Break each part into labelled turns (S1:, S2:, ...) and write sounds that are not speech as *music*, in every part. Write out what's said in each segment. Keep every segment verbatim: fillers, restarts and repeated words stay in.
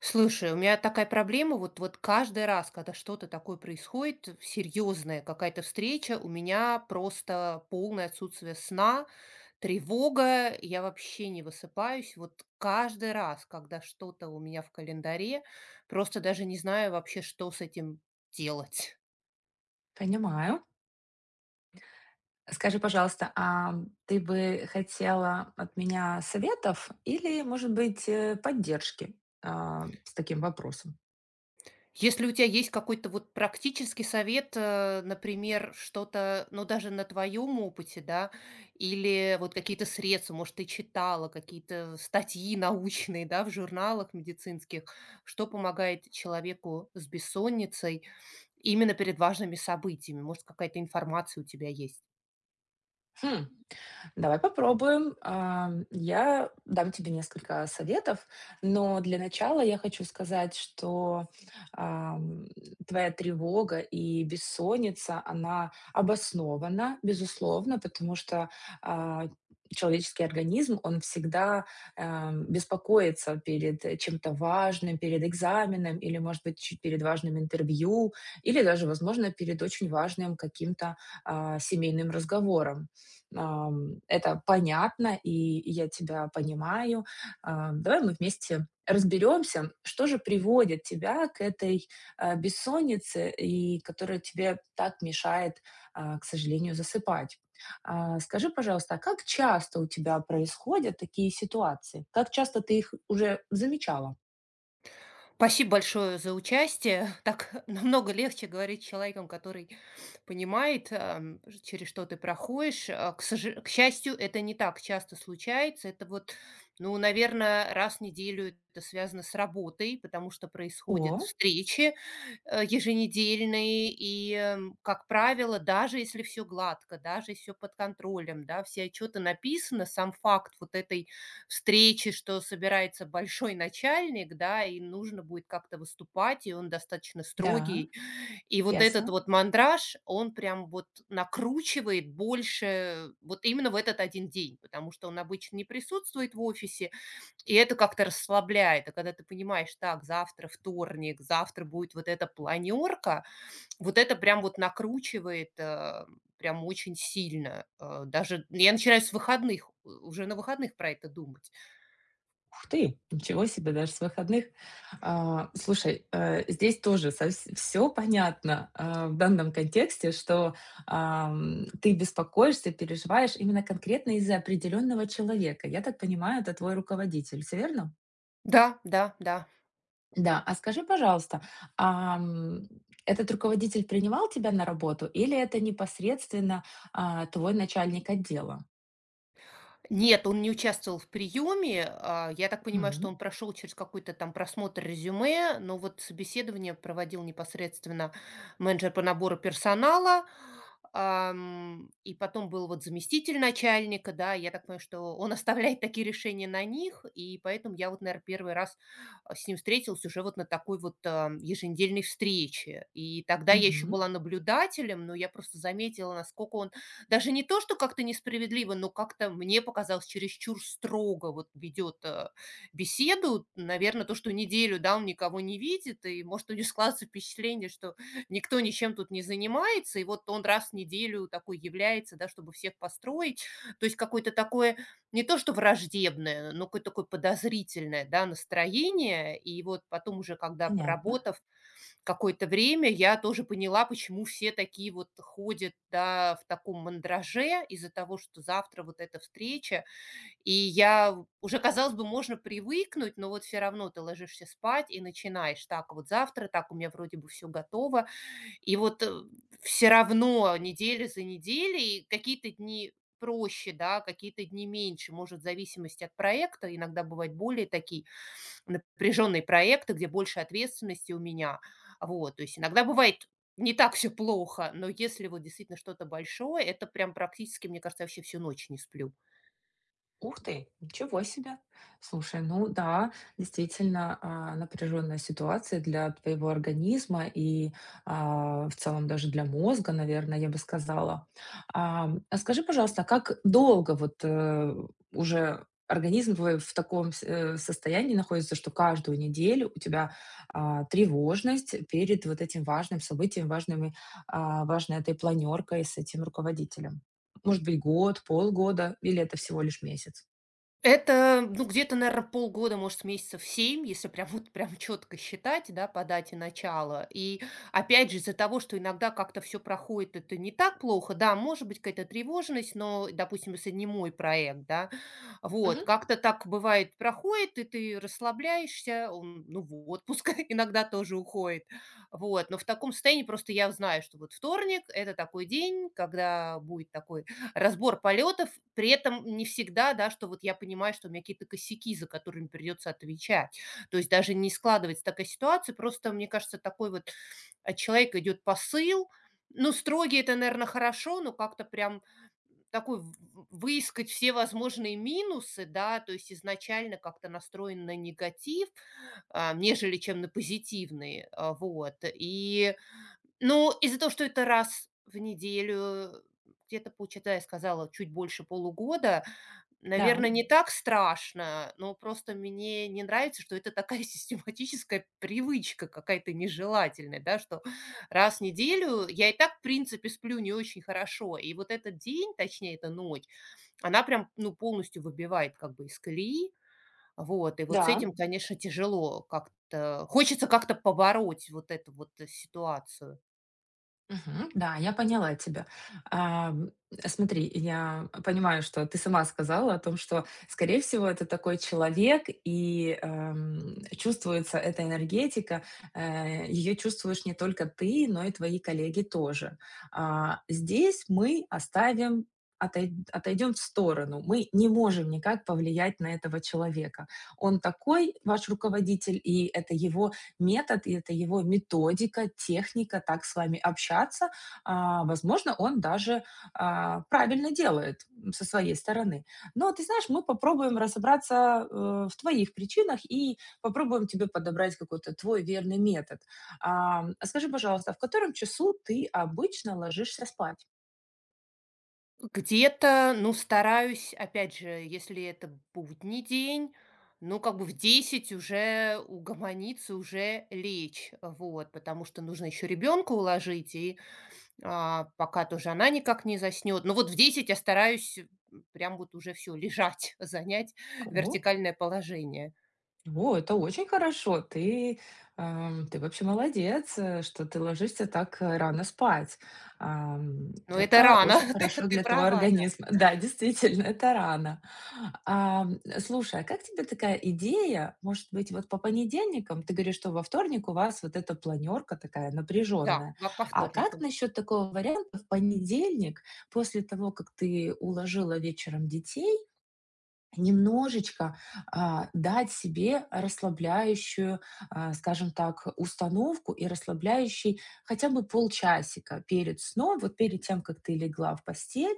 S1: Слушай, у меня такая проблема, вот, вот каждый раз, когда что-то такое происходит, э, серьезная какая-то встреча, у меня просто полное отсутствие сна, тревога, я вообще не высыпаюсь. Вот каждый раз, когда что-то у меня в календаре, просто даже не знаю вообще, что с этим делать.
S2: Понимаю. Скажи, пожалуйста, а ты бы хотела от меня советов или, может быть, э, поддержки а, с таким вопросом?
S1: Если у тебя есть какой-то вот практический совет, э, например, что-то, ну, даже на твоем опыте, да, или вот какие-то средства, может, ты читала какие-то статьи научные, да, в журналах медицинских, что помогает человеку с бессонницей именно перед важными событиями? Может, какая-то информация у тебя есть?
S2: Хм. Давай попробуем. А, Я дам тебе несколько советов, но для начала я хочу сказать, что ам, твоя тревога и бессонница, она обоснована, безусловно, потому что а, человеческий организм, он всегда эм, беспокоится перед э, чем-то важным, перед экзаменом или, может быть, чуть перед важным интервью или даже, возможно, перед очень важным каким-то а, семейным разговором. Ам, это понятно, и я тебя понимаю. А, давай мы вместе разберемся, что же приводит тебя к этой, а, бессоннице, и которая тебе так мешает, а, к сожалению, засыпать. А, скажи, пожалуйста, а как часто у тебя происходят такие ситуации? Как часто ты их уже замечала?
S1: Спасибо большое за участие. *laughs* Так намного легче говорить с человеком, который понимает, ам, ж- через что ты проходишь. А, К, сожа- к счастью, это не так часто случается. Это вот, ну, наверное, раз в неделю это связано с работой, потому что происходят
S2: О,
S1: встречи э, еженедельные. И, эм, как правило, даже если все гладко, даже если все под контролем, да, все отчеты написаны, сам факт вот этой встречи, что собирается большой начальник, да, и нужно будет как-то выступать, и он достаточно
S2: да,
S1: строгий. И вот этот
S2: ясно.
S1: вот мандраж, он прям вот накручивает больше вот именно в этот один день, потому что он обычно не присутствует в офисе, и это как-то расслабляет. А когда ты понимаешь, так, завтра вторник, завтра будет вот эта планерка, вот это прям вот накручивает э, прям очень сильно. э, Даже я начинаю с выходных, э, уже на выходных про это думать.
S2: Ух ты, ничего себе, даже с выходных. А, слушай, э, здесь тоже все понятно а, в данном контексте, что ам, ты беспокоишься, переживаешь именно конкретно из-за определенного человека. Я так понимаю, это твой руководитель, все верно?
S1: Да, да, да.
S2: Да, а скажи, пожалуйста, ам, этот руководитель принимал тебя на работу или это непосредственно а, твой начальник отдела?
S1: Нет, он не участвовал в приеме. А, я так понимаю, что
S2: М,
S1: он прошел через какой-то там просмотр резюме, но вот собеседование проводил непосредственно менеджер по набору персонала. Ам, и потом был вот заместитель начальника, да, я так понимаю, что он *laughs* оставляет такие решения на них, и поэтому я вот, наверное, первый раз а, с ним встретилась уже вот на такой вот ам, еженедельной встрече. И тогда я еще
S2: Мгм,
S1: была наблюдателем, но я просто заметила, насколько он даже не то, что как-то несправедливо, но как-то мне показалось, чересчур строго вот ведет, э, беседу. Наверное, то, что неделю, да, он никого не видит, и, может, у него складывается впечатление, что никто ничем тут не занимается, и вот он раз в неделю такой является, да, чтобы всех построить. То есть какое-то такое не то что враждебное, но какое-то такое подозрительное, да, настроение. И вот потом уже, когда
S2: понятно.
S1: проработав какое-то время, я тоже поняла, почему все такие вот ходят, да, в таком мандраже из-за того, что завтра вот эта встреча. И я в- уже, казалось бы, можно привыкнуть, но вот все равно ты ложишься спать и начинаешь так вот завтра, так у меня вроде бы все готово. И вот все равно неделя за неделей какие-то дни проще, да, какие-то дни меньше, может, в зависимости от проекта, иногда бывают более такие напряженные проекты, где больше ответственности у меня. Вот, то есть иногда бывает не так все плохо, но если вот действительно что-то большое, это прям практически, мне кажется, я вообще всю ночь не сплю.
S2: Ух ты, ничего себе. Слушай, ну да, действительно, а, напряженная ситуация для твоего организма и а, в целом даже для мозга, наверное, я бы сказала. А, а скажи, пожалуйста, а как долго вот э, уже организм твой в таком с- э, состоянии находится, что каждую неделю у тебя а, тревожность перед вот этим важным событием, важными, а, важной этой планеркой с этим руководителем? Может быть, год, полгода или это всего лишь месяц?
S1: Это, ну, где-то, наверное, полгода, может, месяцев семь, если прям *laughs* вот прям четко считать, да, по дате начала. И опять же, из-за того, что иногда как-то все проходит это не так плохо, да, может быть какая-то тревожность, но, допустим, если не мой проект, да, вот,
S2: Мгм.
S1: как-то так бывает, проходит, и ты расслабляешься, он, ну, в отпуск *laughs* иногда тоже уходит. Вот, но в таком состоянии просто я знаю, что вот вторник- это такой день, когда будет такое разбор полетов. При этом не всегда, да, что вот я понимаю, что у меня какие-то косяки, за которыми придется отвечать. То есть даже не складывается такая ситуация. Просто, мне кажется, такой вот от человека идет посыл. Ну, строгий это, наверное, хорошо, но как-то прям такой в- в- выискать все возможные минусы, да, то есть изначально как-то настроен на негатив, а, нежели чем на позитивный, а, вот. И, ну, из-за того, что это раз в неделю, где-то, получается, да, я сказала, чуть больше полугода,
S2: Да,
S1: наверное, не так страшно, но просто мне не нравится, что это такая *laughs* систематическая привычка какая-то нежелательная, да, что раз в неделю я и так, в принципе, сплю не очень хорошо, и вот этот день, точнее, эта ночь, она прям, ну, полностью выбивает как бы из колеи, вот, и вот с
S2: да.
S1: этим, конечно, тяжело как-то, хочется как-то побороть вот эту вот э, ситуацию.
S2: Мгм. Да, я поняла тебя. Ам, Смотри, я понимаю, что ты сама сказала о том, что, скорее всего, это такой человек, и ам, чувствуется эта энергетика. Ее чувствуешь не только ты, но и твои коллеги тоже. А, здесь мы оставим отойдем в сторону. Мы не можем никак повлиять на этого человека. Он такой, ваш руководитель, и это его метод, и это его методика, техника так с вами общаться. А, возможно, он даже а, правильно делает со своей стороны. Но ты знаешь, мы попробуем разобраться э, в твоих причинах и попробуем тебе подобрать какой-то твой верный метод. А, а скажи, пожалуйста, в котором часу ты обычно ложишься спать?
S1: Где-то, ну, стараюсь, опять же, если это будний день, ну, как бы в десять уже угомониться, уже лечь, вот, потому что нужно еще ребенка уложить, и а, пока тоже она никак не заснет. Но вот в десять я стараюсь м, прям вот уже все, лежать, *laughs* занять
S2: Ого.
S1: вертикальное положение.
S2: О, это очень хорошо. Ты, ам, ты вообще молодец, э, что ты ложишься так э, рано спать. Ам,
S1: Но это
S2: это
S1: рано,
S2: очень
S1: *laughs* ты,
S2: хорошо
S1: ты
S2: для твоего
S1: права, да.
S2: организма. *laughs* Да, действительно, это рано. Ам, слушай, а как тебе такая идея? Может быть, вот по понедельникам, ты говоришь, что во вторник у вас вот эта планерка такая
S1: Да,
S2: напряженная.
S1: во- по
S2: А как
S1: вторникам.
S2: насчет такого варианта в понедельник, после того, как ты уложила вечером детей, немножечко а, дать себе расслабляющую, а, скажем так, установку и расслабляющий хотя бы полчасика перед сном, вот перед тем, как ты легла в постель,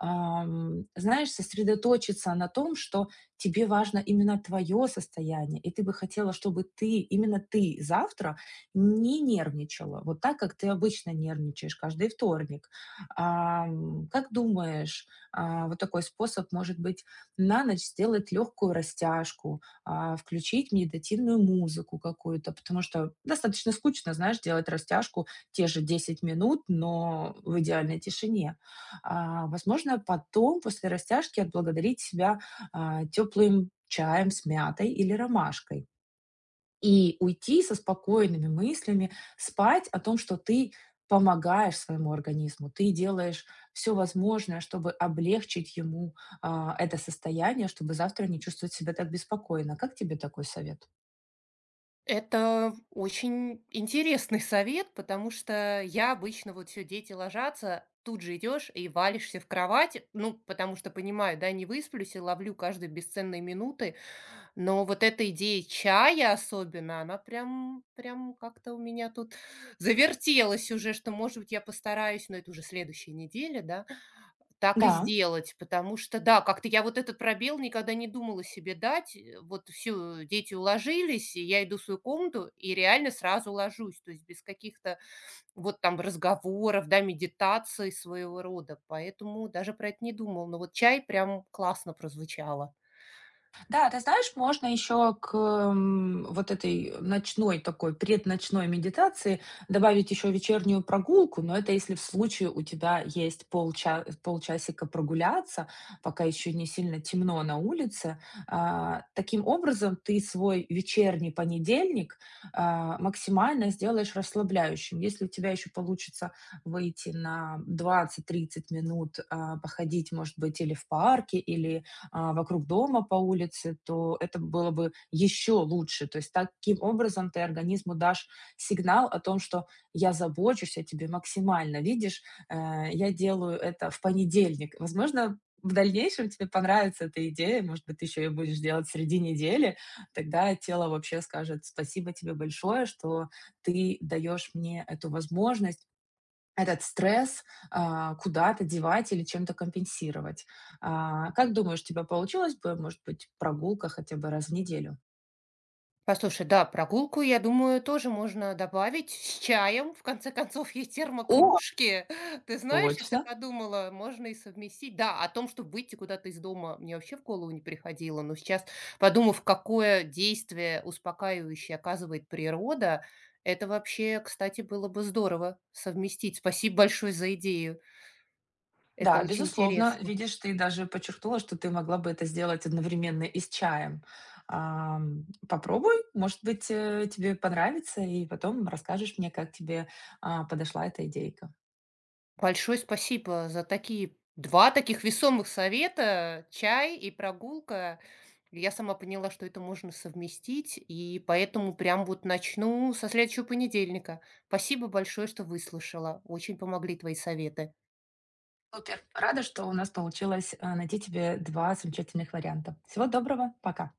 S2: ам, знаешь, сосредоточиться на том, что тебе важно именно твое состояние, и ты бы хотела, чтобы ты, именно ты завтра не нервничала, вот так, как ты обычно нервничаешь каждый вторник. Ам, Как думаешь, а, вот такой способ может быть на ночь сделать легкую растяжку, а, включить медитативную музыку какую-то, потому что достаточно скучно, знаешь, делать растяжку те же десять минут, но в идеальной тишине. А, возможно, потом, после растяжки, отблагодарить себя теплым чаем с мятой или ромашкой. И уйти со спокойными мыслями, спать о том, что ты помогаешь своему организму, ты делаешь все возможное, чтобы облегчить ему, а, это состояние, чтобы завтра не чувствовать себя так беспокойно. Как тебе такой совет?
S1: Это очень интересный совет, потому что я обычно вот все, дети ложатся, тут же идешь и валишься в кровать, ну, потому что понимаю, да, не высплюсь и ловлю каждые бесценные минуты, но вот эта идея чая особенно, она прям, прям как-то у меня тут завертелась уже, что, может быть, я постараюсь, но это уже следующая неделя, да, так и
S2: Да.
S1: сделать, потому что, да, как-то я вот этот пробел никогда не думала себе дать. Э, Вот все, дети уложились, и я иду в свою комнату и реально сразу ложусь, то есть без каких-то вот там разговоров, да, медитаций своего рода. Поэтому даже про это не думала. Но вот чай прям классно прозвучало.
S2: Да, ты знаешь, можно еще к м, вот этой ночной такой, предночной медитации добавить еще вечернюю прогулку, но это если в случае у тебя есть полча- полчасика прогуляться, пока еще не сильно темно на улице. А, таким образом, ты свой вечерний понедельник а, максимально сделаешь расслабляющим. Если у тебя еще получится выйти на двадцать тридцать минут а, походить, может быть, или в парке, или а, вокруг дома, по улице, то это было бы еще лучше. То есть таким образом ты организму дашь сигнал о том, что я забочусь о тебе максимально. Видишь, э, я делаю это в понедельник. Возможно, в дальнейшем тебе понравится эта идея, может быть, ты еще ее будешь делать среди недели, тогда тело вообще скажет спасибо тебе большое, что ты даешь мне эту возможность этот стресс, а, куда-то девать или чем-то компенсировать. А, как думаешь, у тебя получилось бы, может быть, прогулка хотя бы раз в неделю?
S1: Послушай, да, прогулку, я думаю, тоже можно добавить с чаем. В конце концов, есть
S2: О,
S1: термокружки. *laughs* Ты знаешь, если
S2: точно.
S1: подумала, можно и совместить. Да, о том, чтобы выйти куда-то из дома, мне вообще в голову не приходило. Но сейчас, подумав, какое действие успокаивающее оказывает природа, это вообще, кстати, было бы здорово совместить. Спасибо большое за идею.
S2: Да,
S1: Это очень
S2: безусловно.
S1: интересно.
S2: Видишь, ты даже подчеркнула, что ты могла бы это сделать одновременно и с чаем. Ам, попробуй, может быть, э, тебе понравится, и потом расскажешь мне, как тебе, а, подошла эта идейка.
S1: Большое спасибо за такие два таких весомых совета: чай и прогулка. Я сама поняла, что это можно совместить, и поэтому прям вот начну со следующего понедельника. Спасибо большое, что выслушала. Очень помогли твои советы.
S2: Супер. Рада, что у нас получилось, а, найти тебе два замечательных варианта. Всего доброго. Пока.